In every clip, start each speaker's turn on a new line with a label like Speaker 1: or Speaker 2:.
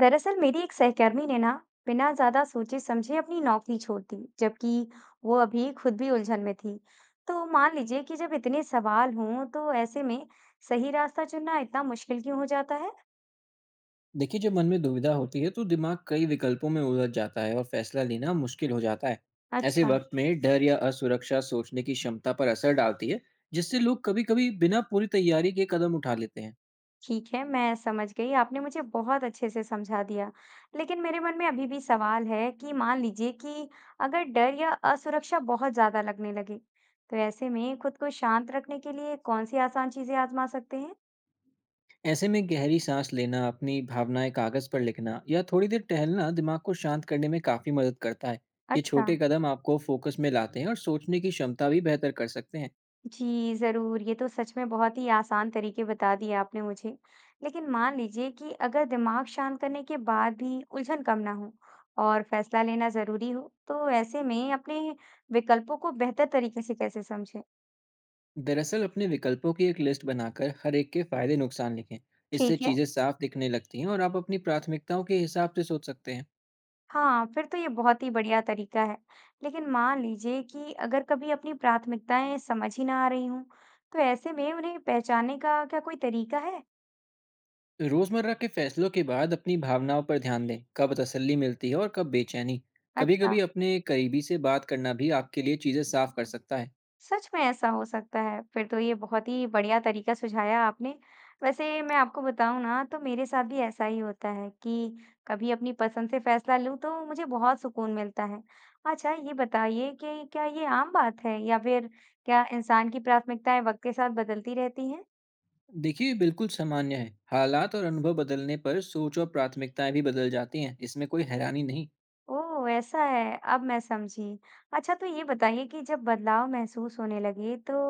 Speaker 1: दरअसल मेरी एक सहकर्मी ने ना बिना ज्यादा सोचे समझे अपनी नौकरी छोड़ दी। जबकि वो अभी खुद भी उलझन में थी, तो मान लीजिए कि जब इतने सवाल हों तो ऐसे में सही रास्ता चुनना इतना मुश्किल क्यों हो जाता है?
Speaker 2: देखिए, जब मन में दुविधा होती है तो दिमाग कई विकल्पों में उलझ जाता है और फैसला लेना मुश्किल हो जाता है। ऐसे
Speaker 1: अच्छा।
Speaker 2: वक्त में डर या असुरक्षा सोचने की क्षमता पर असर डालती है, जिससे लोग कभी कभी बिना पूरी तैयारी के कदम उठा लेते हैं।
Speaker 1: ठीक है, मैं समझ गई, आपने मुझे बहुत अच्छे से समझा दिया। लेकिन मेरे मन में अभी भी सवाल है कि मान लीजिए कि अगर डर या असुरक्षा बहुत ज्यादा लगने लगे, तो ऐसे में खुद को शांत रखने के लिए कौन सी आसान चीजें आजमा सकते हैं?
Speaker 2: ऐसे में गहरी सांस लेना, अपनी भावनाएं कागज पर लिखना या थोड़ी देर टहलना दिमाग को शांत करने में काफी मदद करता है। ये
Speaker 1: अच्छा।
Speaker 2: छोटे कदम आपको फोकस में लाते हैं और सोचने की क्षमता भी बेहतर कर सकते हैं।
Speaker 1: जी, ज़रूर। ये तो सच में बहुत ही आसान तरीके बता दिए आपने मुझे। लेकिन मान लीजिए कि अगर दिमाग शांत करने के बाद भी उलझन कम ना हो और फैसला लेना ज़रूरी हो, तो ऐसे में अपने विकल्पों को बेहतर तरीके से कैसे समझें?
Speaker 2: दरअसल, अपने विकल्पों की एक लिस्ट बनाकर हर एक के फायदे नुकसान लिखें। इससे
Speaker 1: ठीक है।
Speaker 2: चीजें साफ दिखने लगती हैं और आप अपनी प्राथमिकताओं के हिसाब से सोच सकते हैं।
Speaker 1: हाँ, फिर तो ये बहुत ही बढ़िया तरीका है। लेकिन मान लीजिए कि अगर कभी अपनी प्राथमिकताएँ समझ ही ना आ रही हों, तो ऐसे में उन्हें पहचानने का क्या कोई तरीका है?
Speaker 2: रोजमर्रा के फैसलों के बाद अपनी भावनाओं पर ध्यान दें, कब तसल्ली मिलती है और कब बेचैनी। कभी
Speaker 1: अच्छा।
Speaker 2: कभी अपने करीबी से बात करना भी आपके लिए चीजें साफ कर सकता है।
Speaker 1: सच में ऐसा हो सकता है। फिर तो ये बहुत ही बढ़िया तरीका सुझाया आपने। वैसे मैं आपको बताऊँ ना तो मेरे साथ भी ऐसा ही होता है कि कभी अपनी पसंद से फैसला लूँ तो मुझे बहुत सुकून मिलता है। अच्छा, ये बताइए कि क्या ये आम बात है या फिर क्या इंसान की प्राथमिकताएँ वक़्त के साथ बदलती रहती हैं?
Speaker 2: देखिए, ये बिल्कुल सामान्य है। हालात और अनुभव बदलने पर सोच और प्राथमिकताएं भी बदल जाती हैं, इसमें कोई हैरानी नहीं।
Speaker 1: ओह! ऐसा है, अब मैं समझी। अच्छा, तो ये बताइए कि जब बदलाव महसूस होने लगे तो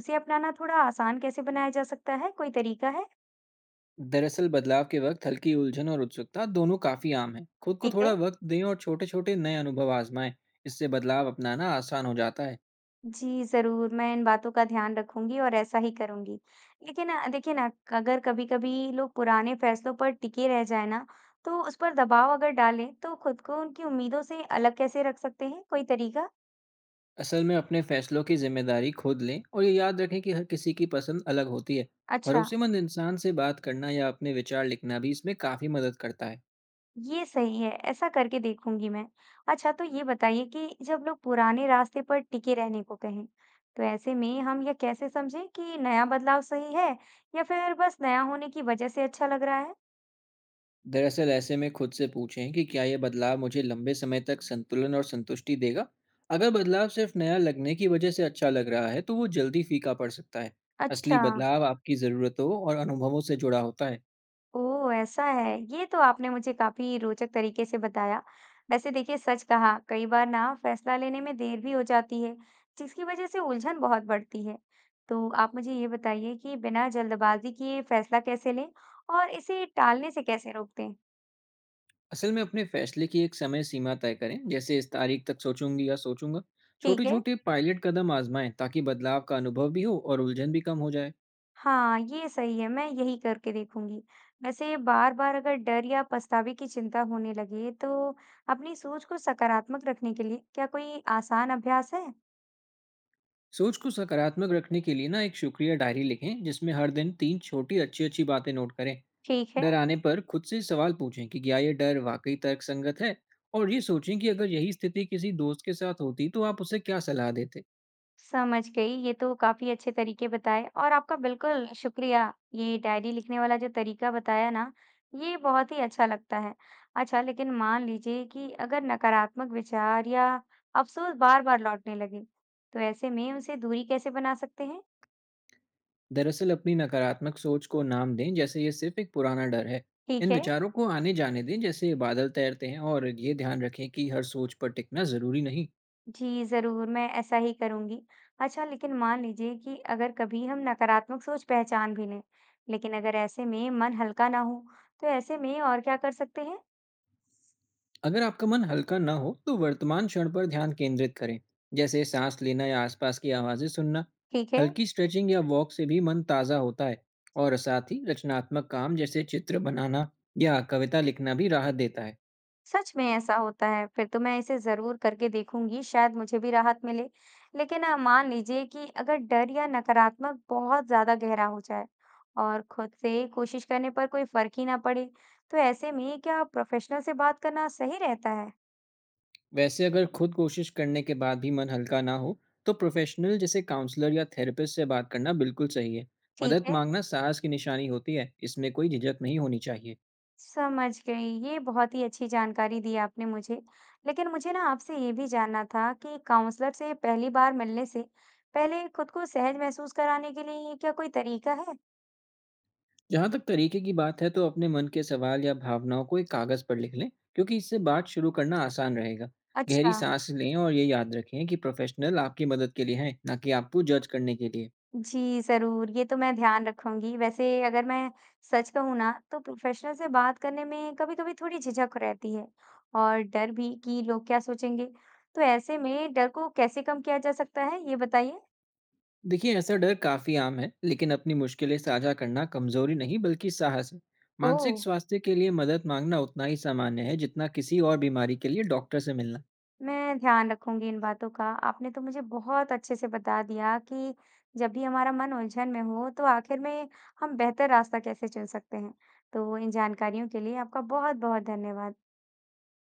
Speaker 1: उसे अपनाना थोड़ा आसान कैसे बनाया जा सकता है? कोई तरीका है?
Speaker 2: दरअसल, बदलाव के वक्त हल्की उलझन और उत्सुकता दोनों काफी आम है। खुद को
Speaker 1: ठीक
Speaker 2: थोड़ा
Speaker 1: है।
Speaker 2: वक्त दें और छोटे छोटे नए अनुभव आजमाएं। इससे बदलाव अपनाना आसान हो जाता है।
Speaker 1: जी, ज़रूर, मैं इन बातों का ध्यान रखूँगी और ऐसा ही करूँगी। लेकिन देखिए ना, अगर कभी-कभी लोग पुराने फैसलों पर टिके रह जाएँ ना, तो उस पर दबाव अगर डालें, तो खुद को उनकी उम्मीदों से अलग कैसे रख सकते हैं? कोई तरीका?
Speaker 2: असल में अपने फैसलों की जिम्मेदारी खुद लें और ये याद रखें कि हर किसी की पसंद अलग होती है।
Speaker 1: अच्छा,
Speaker 2: भरोसेमंद इंसान से बात करना या अपने विचार लिखना भी इसमें काफी मदद करता है।
Speaker 1: ये सही है, ऐसा करके देखूँगी मैं। अच्छा, तो ये बताइए कि जब लोग पुराने रास्ते पर टिके रहने को कहें, तो ऐसे में हम यह कैसे समझें कि नया बदलाव सही है या फिर बस नया होने की वजह से अच्छा लग रहा है?
Speaker 2: दरअसल, ऐसे में खुद से पूछें कि क्या यह बदलाव मुझे लंबे समय तक संतुलन और संतुष्टि देगा। अगर बदलाव सिर्फ नया लगने की वजह से अच्छा लग रहा है तो वो जल्दी फीका पड़ सकता है। असली
Speaker 1: अच्छा।
Speaker 2: बदलाव आपकी ज़रूरतों और अनुभवों से जुड़ा होता है।
Speaker 1: ओह! ऐसा है। ये तो आपने मुझे काफ़ी रोचक तरीके से बताया। वैसे देखिए, सच कहा, कई बार ना फैसला लेने में देर भी हो जाती है, जिसकी वज़ह से उलझन बहुत बढ़ती है। तो आप मुझे ये बताइए कि बिना जल्दबाज़ी किए फैसला कैसे लें और इसे टालने से कैसे रोकते?
Speaker 2: असल में अपने फैसले की एक समय सीमा तय करें, जैसे इस तारीख तक सोचूंगी या सोचूंगा।
Speaker 1: ठीक
Speaker 2: छोटे
Speaker 1: है।
Speaker 2: छोटे पायलट कदम आजमाएं ताकि बदलाव का अनुभव भी हो और उलझन भी कम हो जाए।
Speaker 1: हाँ, ये सही है, मैं यही करके देखूँगी। वैसे बार-बार अगर डर या पछतावे की चिंता होने लगे, तो अपनी सोच को सकारात्मक रखने के लिए क्या कोई आसान अभ्यास है?
Speaker 2: सोच को सकारात्मक रखने के लिए ना एक शुक्रिया डायरी लिखें, जिसमें हर दिन 3 छोटी अच्छी अच्छी बातें नोट करें।
Speaker 1: ठीक है।
Speaker 2: डर आने पर खुद से सवाल पूछें कि क्या यह डर वाकई तर्कसंगत है। और ये सोचें कि अगर यही स्थिति किसी दोस्त के साथ होती तो आप उसे क्या सलाह देते।
Speaker 1: समझ गई। ये तो काफ़ी अच्छे तरीके बताए और आपका बिल्कुल शुक्रिया। ये डायरी लिखने वाला जो तरीका बताया ना, ये बहुत ही अच्छा लगता है। अच्छा, लेकिन मान लीजिए कि अगर नकारात्मक विचार या अफ़सोस बार-बार लौटने लगे, तो ऐसे में उनसे दूरी कैसे बना सकते हैं?
Speaker 2: दरअसल, अपनी नकारात्मक सोच को नाम दें, जैसे ये सिर्फ एक पुराना डर है।
Speaker 1: ठीक
Speaker 2: इन
Speaker 1: है।
Speaker 2: विचारों को आने जाने दें जैसे बादल तैरते हैं, और ये ध्यान रखें कि हर सोच पर टिकना ज़रूरी नहीं।
Speaker 1: जी, ज़रूर, मैं ऐसा ही करूँगी। अच्छा, लेकिन मान लीजिए कि अगर कभी हम नकारात्मक सोच पहचान भी लें, लेकिन अगर ऐसे में मन हल्का ना हो, तो ऐसे में और क्या कर सकते हैं?
Speaker 2: अगर आपका मन हल्का ना हो तो वर्तमान क्षण पर ध्यान केंद्रित करें, जैसे सांस लेना या आसपास की आवाज़ें सुनना।
Speaker 1: ठीक है।
Speaker 2: हल्की स्ट्रेचिंग या वॉक से भी मन ताज़ा होता है। और साथ ही रचनात्मक काम जैसे चित्र बनाना या कविता लिखना भी राहत देता है।
Speaker 1: सच में ऐसा होता है, फिर तो मैं इसे ज़रूर करके देखूँगी, शायद मुझे भी राहत मिले। लेकिन मान लीजिए कि अगर डर या नकारात्मक बहुत ज़्यादा गहरा हो जाए और खुद से कोशिश करने पर कोई फ़र्क ही ना पड़े, तो ऐसे में क्या प्रोफ़ेशनल से बात करना सही रहता है?
Speaker 2: वैसे, अगर खुद कोशिश करने के बाद भी मन हल्का ना हो तो प्रोफेशनल जैसे काउंसलर या थेरेपिस्ट से बात करना बिल्कुल सही है।
Speaker 1: ठीक
Speaker 2: मदद
Speaker 1: है,
Speaker 2: मांगना साहस की निशानी होती है, इसमें कोई झिझक नहीं होनी चाहिए।
Speaker 1: समझ गई, ये बहुत ही अच्छी जानकारी दी आपने मुझे। लेकिन मुझे ना आपसे ये भी जानना था कि काउंसलर से पहली बार मिलने से पहले खुद को सहज महसूस कराने के लिए क्या कोई तरीका है?
Speaker 2: जहाँ तक तरीके की बात है, तो अपने मन के सवाल या भावनाओं को एक कागज पर लिख लें, क्योंकि इससे बात शुरू करना आसान रहेगा। गहरी
Speaker 1: अच्छा।
Speaker 2: सांस लें और ये याद रखें कि प्रोफेशनल आपकी मदद के लिए हैं, ना कि आपको जज करने के लिए।
Speaker 1: जी, ज़रूर, ये तो मैं ध्यान रखूँगी। वैसे अगर मैं सच कहूँ ना, तो प्रोफ़ेशनल से बात करने में कभी-कभी थोड़ी झिझक रहती है और डर भी कि लोग क्या सोचेंगे। तो ऐसे में डर को कैसे कम किया जा सकता है, ये बताइए?
Speaker 2: देखिए, ऐसा डर काफी आम है, लेकिन अपनी मुश्किलें साझा करना कमजोरी नहीं बल्कि साहस है।
Speaker 1: ओह!
Speaker 2: मानसिक स्वास्थ्य के लिए मदद मांगना उतना ही सामान्य है जितना किसी और बीमारी के लिए डॉक्टर से मिलना।
Speaker 1: मैं ध्यान रखूँगी इन बातों का। आपने तो मुझे बहुत अच्छे से बता दिया कि जब भी हमारा मन उलझन में हो, तो आखिर में हम बेहतर रास्ता कैसे चुन सकते हैं। तो इन जानकारियों के लिए आपका बहुत-बहुत धन्यवाद।